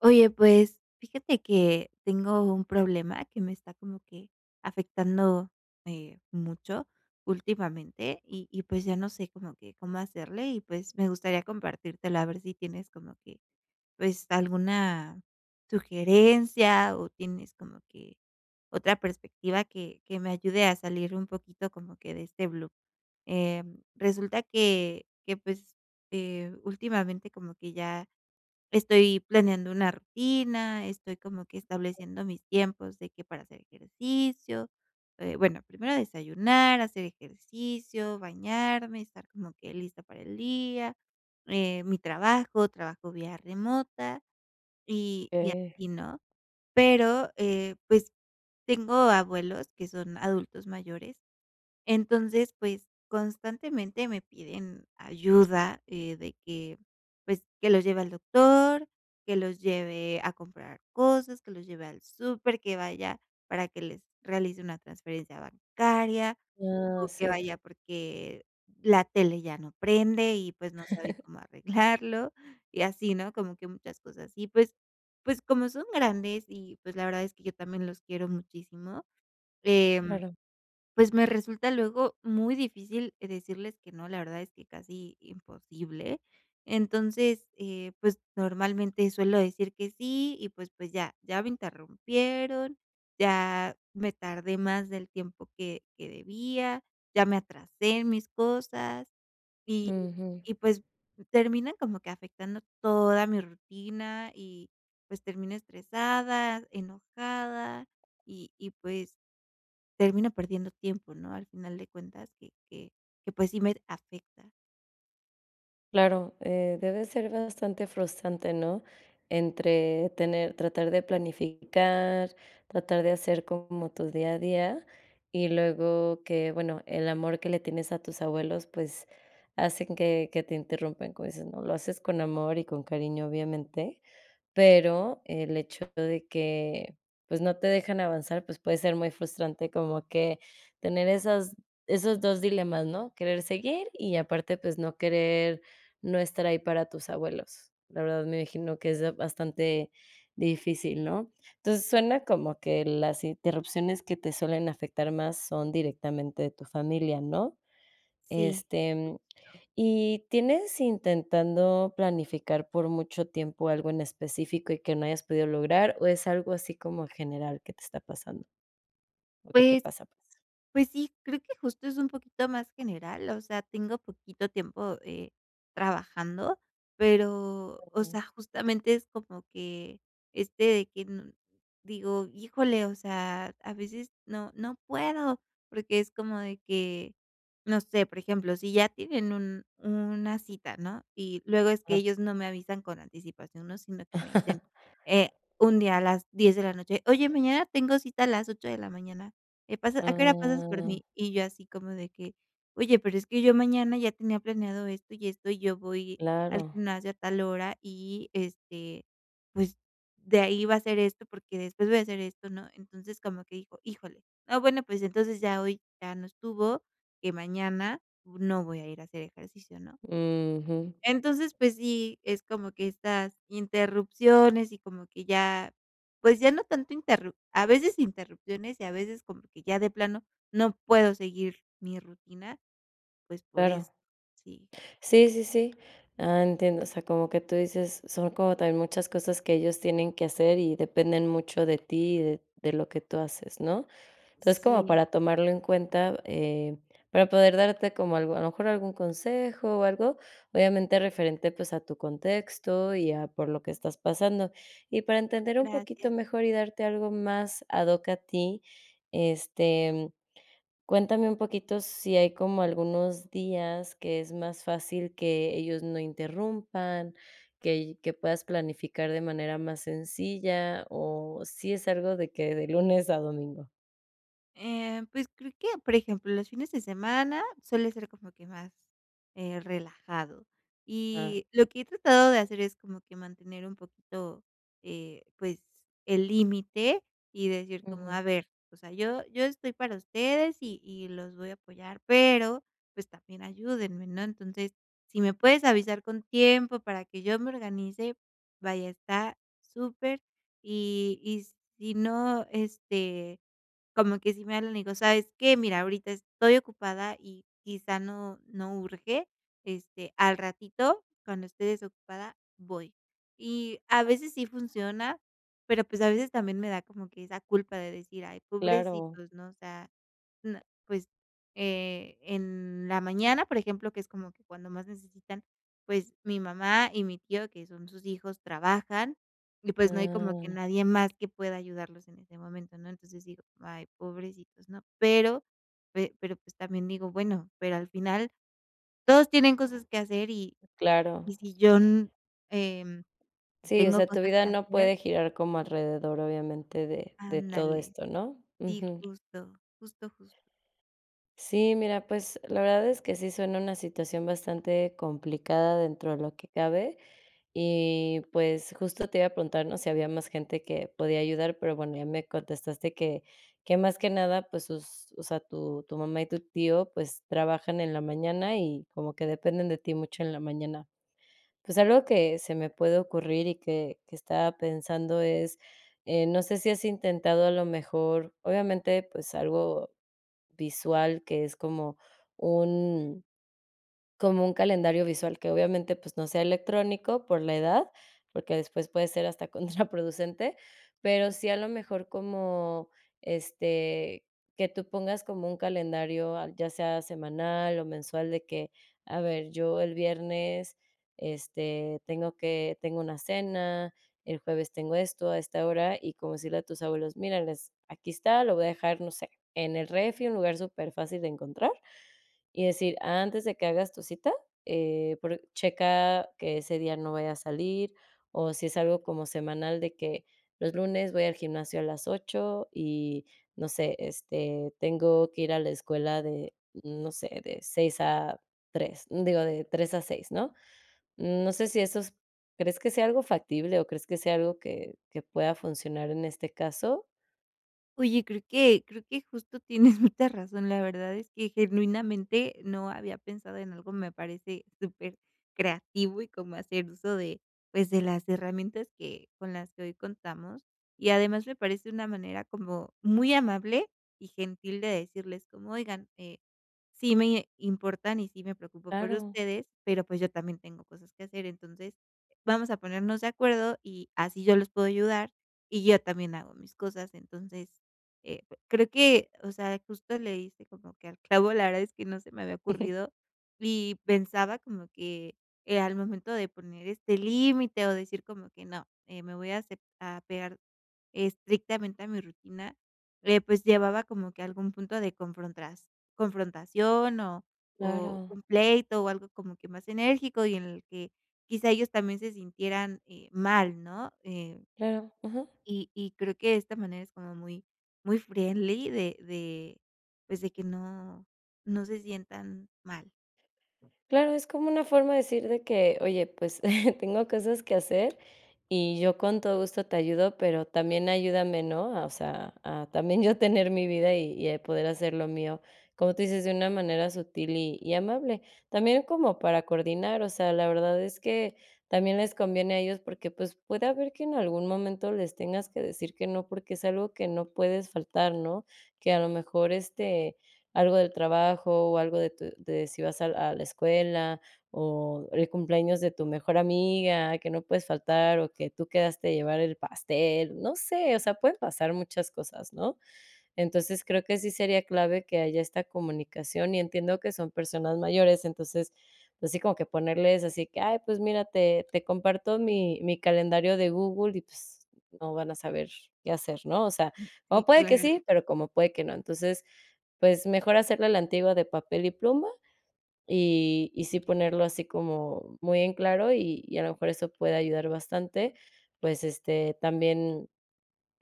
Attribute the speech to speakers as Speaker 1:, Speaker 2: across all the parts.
Speaker 1: Oye, pues, fíjate que tengo un problema que me está como que afectando, mucho últimamente y, pues, ya no sé como que cómo hacerle y, pues, me gustaría compartírtelo, a ver si tienes como que, pues, alguna sugerencia o tienes como que otra perspectiva que me ayude a salir un poquito como que de este loop. Resulta que, pues, últimamente como que ya estoy planeando una rutina, estoy como que estableciendo mis tiempos de que para hacer ejercicio, bueno, primero desayunar, hacer ejercicio, bañarme, estar como que lista para el día, mi trabajo, trabajo vía remota y
Speaker 2: Okey.
Speaker 1: así, ¿no? Pero pues tengo abuelos que son adultos mayores, entonces, pues, constantemente me piden ayuda, de que, pues, que los lleve al doctor, que los lleve a comprar cosas, que los lleve al súper, que vaya para que les realice una transferencia bancaria,
Speaker 2: Ah,
Speaker 1: o que
Speaker 2: sí.
Speaker 1: vaya porque la tele ya no prende y, pues, no sabe cómo arreglarlo, y así, ¿no? Como que muchas cosas. Y, pues, como son grandes y, pues, la verdad es que yo también los quiero muchísimo, em
Speaker 2: Claro.
Speaker 1: pues me resulta luego muy difícil decirles que no, la verdad es que casi imposible. Entonces, pues normalmente suelo decir que sí y pues ya, ya me interrumpieron, ya me tardé más del tiempo que debía, ya me atrasé en mis cosas y,
Speaker 2: Ujú.
Speaker 1: y pues terminan como que afectando toda mi rutina y pues termino estresada, enojada y pues termino perdiendo tiempo, ¿no? Al final de cuentas que, pues, sí me afecta.
Speaker 2: Claro, debe ser bastante frustrante, ¿no? Entre tener tratar de planificar, tratar de hacer como tu día a día, y luego que, bueno, el amor que le tienes a tus abuelos, pues, hacen que te interrumpen. Como dices, ¿no? Lo haces con amor y con cariño, obviamente. Pero el hecho de que, pues, no te dejan avanzar, pues, puede ser muy frustrante como que tener esas esos 2 dilemas, ¿no? Querer seguir y aparte, pues, no querer no estar ahí para tus abuelos. La verdad, me imagino que es bastante difícil, ¿no? Entonces,
Speaker 1: Sí.
Speaker 2: suena como que las interrupciones que te suelen afectar más son directamente de tu familia, ¿no?
Speaker 1: Sí.
Speaker 2: Este, ¿y tienes intentando planificar por mucho tiempo algo en específico y que no hayas podido lograr, o es algo así como general que te está pasando o que te
Speaker 1: Pues,
Speaker 2: pasa, pues?
Speaker 1: Pues, sí, creo que justo es un poquito más general, o sea, tengo poquito tiempo, trabajando, pero, o
Speaker 2: Ujú.
Speaker 1: sea, justamente es como que este de que no digo: "Híjole", o sea, a veces no puedo, porque es como de que, no sé, por ejemplo, si ya tienen un una cita, ¿no? Y luego es que
Speaker 2: Ah.
Speaker 1: ellos no me avisan con anticipación, ¿no? Sino que me dicen, eh, un día a las 10 de la noche: "Oye, mañana tengo cita a las 8 de la mañana". ¿Pasas a qué hora pasas por
Speaker 2: Ah,
Speaker 1: mí? Y yo así como de que, oye, pero es que yo mañana ya tenía planeado esto y esto, y yo voy al
Speaker 2: claro.
Speaker 1: gimnasio a tal hora y, este, pues, de ahí va a ser esto, porque después voy a hacer esto, ¿no? Entonces, como que dijo, híjole, no, bueno, pues entonces ya hoy ya no estuvo, que mañana no voy a ir a hacer ejercicio, ¿no?
Speaker 2: Ujú,
Speaker 1: Entonces, pues sí, es como que estas interrupciones y como que ya, pues ya no tanto interru a veces interrupciones y a veces como que ya de plano no puedo seguir mi rutina, pues por
Speaker 2: claro.
Speaker 1: esto. Sí.
Speaker 2: Sí, sí, sí. Ah, entiendo. O sea, como que tú dices, son como también muchas cosas que ellos tienen que hacer y dependen mucho de ti y de lo que tú haces, ¿no? Entonces, como
Speaker 1: Sí,
Speaker 2: para tomarlo en cuenta, para poder darte como algo, a lo mejor algún consejo o algo, obviamente referente pues a tu contexto y a por lo que estás pasando. Y para entender un poquito
Speaker 1: gracias.
Speaker 2: mejor y darte algo más ad hoc a ti, este, cuéntame un poquito si hay como algunos días que es más fácil que ellos no interrumpan, que puedas planificar de manera más sencilla, o si es algo de que de lunes a domingo.
Speaker 1: Pues, creo que, por ejemplo, los fines de semana suele ser como que más, relajado.
Speaker 2: Ah,
Speaker 1: Y lo que he tratado de hacer es como que mantener un poquito, pues, el límite y decir como: "A
Speaker 2: ujú,
Speaker 1: ver, o sea, yo estoy para ustedes y los voy a apoyar, pero, pues, también ayúdenme", ¿no? Entonces, si me puedes avisar con tiempo para que yo me organice, vaya, está súper. Y si no, este como que si me hablan y digo: "¿Sabes qué? Mira, ahorita estoy ocupada y quizá no urge, este, al ratito, cuando esté desocupada, voy". Y a veces sí funciona, pero, pues, a veces también me da como que esa culpa de decir: "Ay,
Speaker 2: claro,
Speaker 1: pobrecitos", ¿no? O sea, no, pues, en la mañana, por ejemplo, que es como que cuando más necesitan, pues, mi mamá y mi tío, que son sus hijos, trabajan. Y pues no hay como que
Speaker 2: ah,
Speaker 1: nadie más que pueda ayudarlos en ese momento, ¿no? Entonces digo: "Ay, pobrecitos", ¿no? Pero pe pero, pues, también digo: "Bueno, pero al final todos tienen cosas que hacer
Speaker 2: claro.
Speaker 1: y si yo n em,
Speaker 2: Sí, o
Speaker 1: tengo
Speaker 2: sea, tu
Speaker 1: cosas
Speaker 2: vida
Speaker 1: que
Speaker 2: no
Speaker 1: hacer".
Speaker 2: puede girar como alrededor, obviamente, de todo
Speaker 1: Ándale,
Speaker 2: esto, ¿no?
Speaker 1: sí,
Speaker 2: Ujú.
Speaker 1: justo, justo, justo.
Speaker 2: Sí, mira, pues, la verdad es que sí suena una situación bastante complicada dentro de lo que cabe. Y, pues, justo te iba a preguntar, ¿no?, si había más gente que podía ayudar, pero bueno, ya me contestaste que más que nada, pues, sus o sea, tu mamá y tu tío, pues, trabajan en la mañana y como que dependen de ti mucho en la mañana. Pues, algo que se me puede ocurrir y que estaba pensando es, no sé si has intentado a lo mejor, obviamente, pues, algo visual, que es un como un calendario visual que obviamente, pues, no sea electrónico por la edad, porque después puede ser hasta contraproducente, pero sí a lo mejor como, este, que tú pongas como un calendario, ah, ya sea semanal o mensual, de que, a ver, yo el viernes, este, tengo una cena, el jueves tengo esto a esta hora, y como decirle a tus abuelos: "Mírales, aquí está, lo voy a dejar, no sé, en el refi", un lugar súper fácil de encontrar, y decir, antes de que hagas tu cita, por checa que ese día no vaya a salir, o si es algo como semanal de que los lunes voy al gimnasio a las 8 y, no sé, este, tengo que ir a la escuela de, no sé, de 6 a tres, digo, de 3 a seis, ¿no? No sé si eso es, ¿crees que sea algo factible o crees que sea algo que pueda funcionar en este caso?
Speaker 1: Oye, creo que justo tienes mucha razón. La verdad es que genuinamente no había pensado en algo, me parece súper creativo y como hacer uso de, pues, de las herramientas que con las que hoy contamos. Y además me parece una manera como muy amable y gentil de decirles como: "Oigan, sí me importan y sí me preocupo por
Speaker 2: Claro,
Speaker 1: ustedes, pero, pues, yo también tengo cosas que hacer. Entonces, vamos a ponernos de acuerdo y así yo los puedo ayudar y yo también hago mis cosas". Entonces eh, creo que, o sea, justo le diste como que al clavo, la verdad es que no se me había ocurrido, y pensaba como que, al momento de poner este límite o decir como que no, me voy a acep a apegar estrictamente a mi rutina, pues llevaba como que algún punto de confrontas confrontación o
Speaker 2: claro,
Speaker 1: un pleito o algo como que más enérgico y en el que quizá ellos también se sintieran, mal, ¿no? Eh,
Speaker 2: claro. Ajá.
Speaker 1: y creo que esta manera es como muy muy friendly de, pues, de que no no se sientan mal.
Speaker 2: Claro, es como una forma de decir de que: "Oye, pues, tengo cosas que hacer y yo con todo gusto te ayudo, pero también ayúdame", ¿no? A O sea, a también yo tener mi vida y a poder hacer lo mío, como tú dices, de una manera sutil y amable. También como para coordinar, o sea, la verdad es que también les conviene a ellos porque, pues, puede haber que en algún momento les tengas que decir que no, porque es algo que no puedes faltar, ¿no? Que a lo mejor, este, algo del trabajo o algo de tu de si vas a la escuela o el cumpleaños de tu mejor amiga, que no puedes faltar o que tú quedaste a llevar el pastel, no sé, o sea, pueden pasar muchas cosas, ¿no? Entonces, creo que sí sería clave que haya esta comunicación y entiendo que son personas mayores, entonces, pues sí, como que ponerles así que: "Ay, pues mira, te comparto mi calendario de Google", y pues no van a saber qué hacer, ¿no? O sea, como
Speaker 1: Sí,
Speaker 2: puede que
Speaker 1: claro.
Speaker 2: sí, pero como puede que no. Entonces, pues mejor hacerle a la antigua de papel y pluma y sí ponerlo así como muy en claro y a lo mejor eso puede ayudar bastante. Pues, este, también,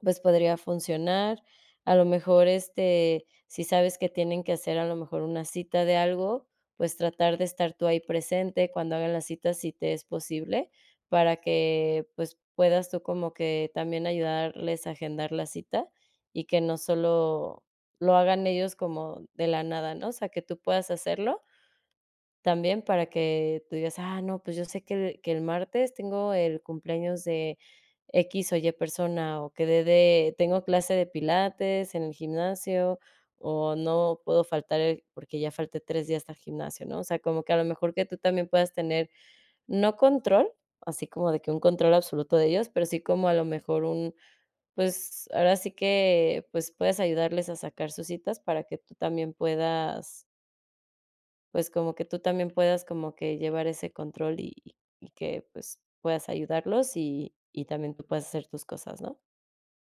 Speaker 2: pues, podría funcionar. A lo mejor, este, si sabes que tienen que hacer a lo mejor una cita de algo, pues, tratar de estar tú ahí presente cuando hagan la cita, si te es posible, para que, pues, puedas tú como que también ayudarles a agendar la cita y que no solo lo hagan ellos como de la nada, ¿no? O sea, que tú puedas hacerlo, también para que tú digas: "Ah, no, pues yo sé que el martes tengo el cumpleaños de X o Y persona, o que de tengo clase de pilates en el gimnasio, o no puedo faltar el porque ya falté 3 días al gimnasio", ¿no? O sea, como que a lo mejor que tú también puedas tener, no control, así como de que un control absoluto de ellos, pero sí como a lo mejor un, pues, ahora sí que, pues, puedes ayudarles a sacar sus citas para que tú también puedas, pues, como que tú también puedas como que llevar ese control y que, pues, puedas ayudarlos y también tú puedas hacer tus cosas, ¿no?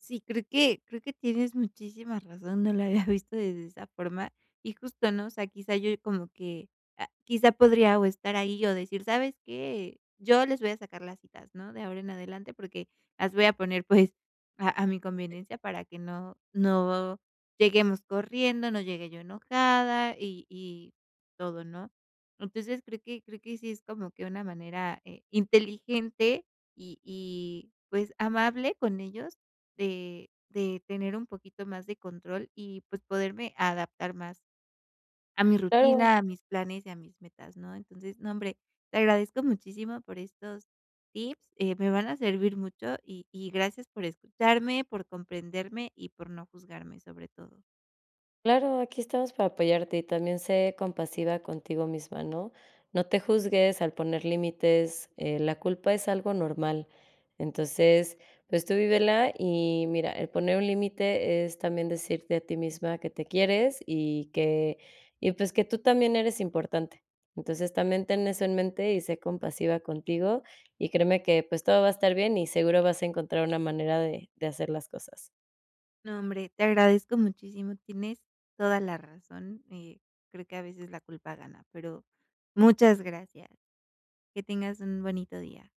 Speaker 1: Sí, creo que tienes muchísima razón, no lo había visto desde esa forma. Y justo, ¿no? O sea, quizá yo como que, ah, quizá podría o estar ahí o decir, ¿sabes qué? Yo les voy a sacar las citas, ¿no? De ahora en adelante, porque las voy a poner pues a mi conveniencia para que no, no lleguemos corriendo, no llegue yo enojada y todo, ¿no? Entonces creo que sí es como que una manera inteligente y pues amable con ellos de tener un poquito más de control y, pues, poderme adaptar más a mi
Speaker 2: Claro.
Speaker 1: rutina, a mis planes y a mis metas, ¿no? Entonces, no, hombre, te agradezco muchísimo por estos tips, me van a servir mucho y gracias por escucharme, por comprenderme y por no juzgarme, sobre todo.
Speaker 2: Claro, aquí estamos para apoyarte y también sé compasiva contigo misma, ¿no? No te juzgues al poner límites, la culpa es algo normal. Entonces, pues tú vívela y mira, el poner un límite es también decirte a ti misma que te quieres y pues que tú también eres importante. Entonces también ten eso en mente y sé compasiva contigo y créeme que pues todo va a estar bien y seguro vas a encontrar una manera de hacer las cosas.
Speaker 1: No, hombre, te agradezco muchísimo, tienes toda la razón, creo que a veces la culpa gana, pero muchas gracias. Que tengas un bonito día.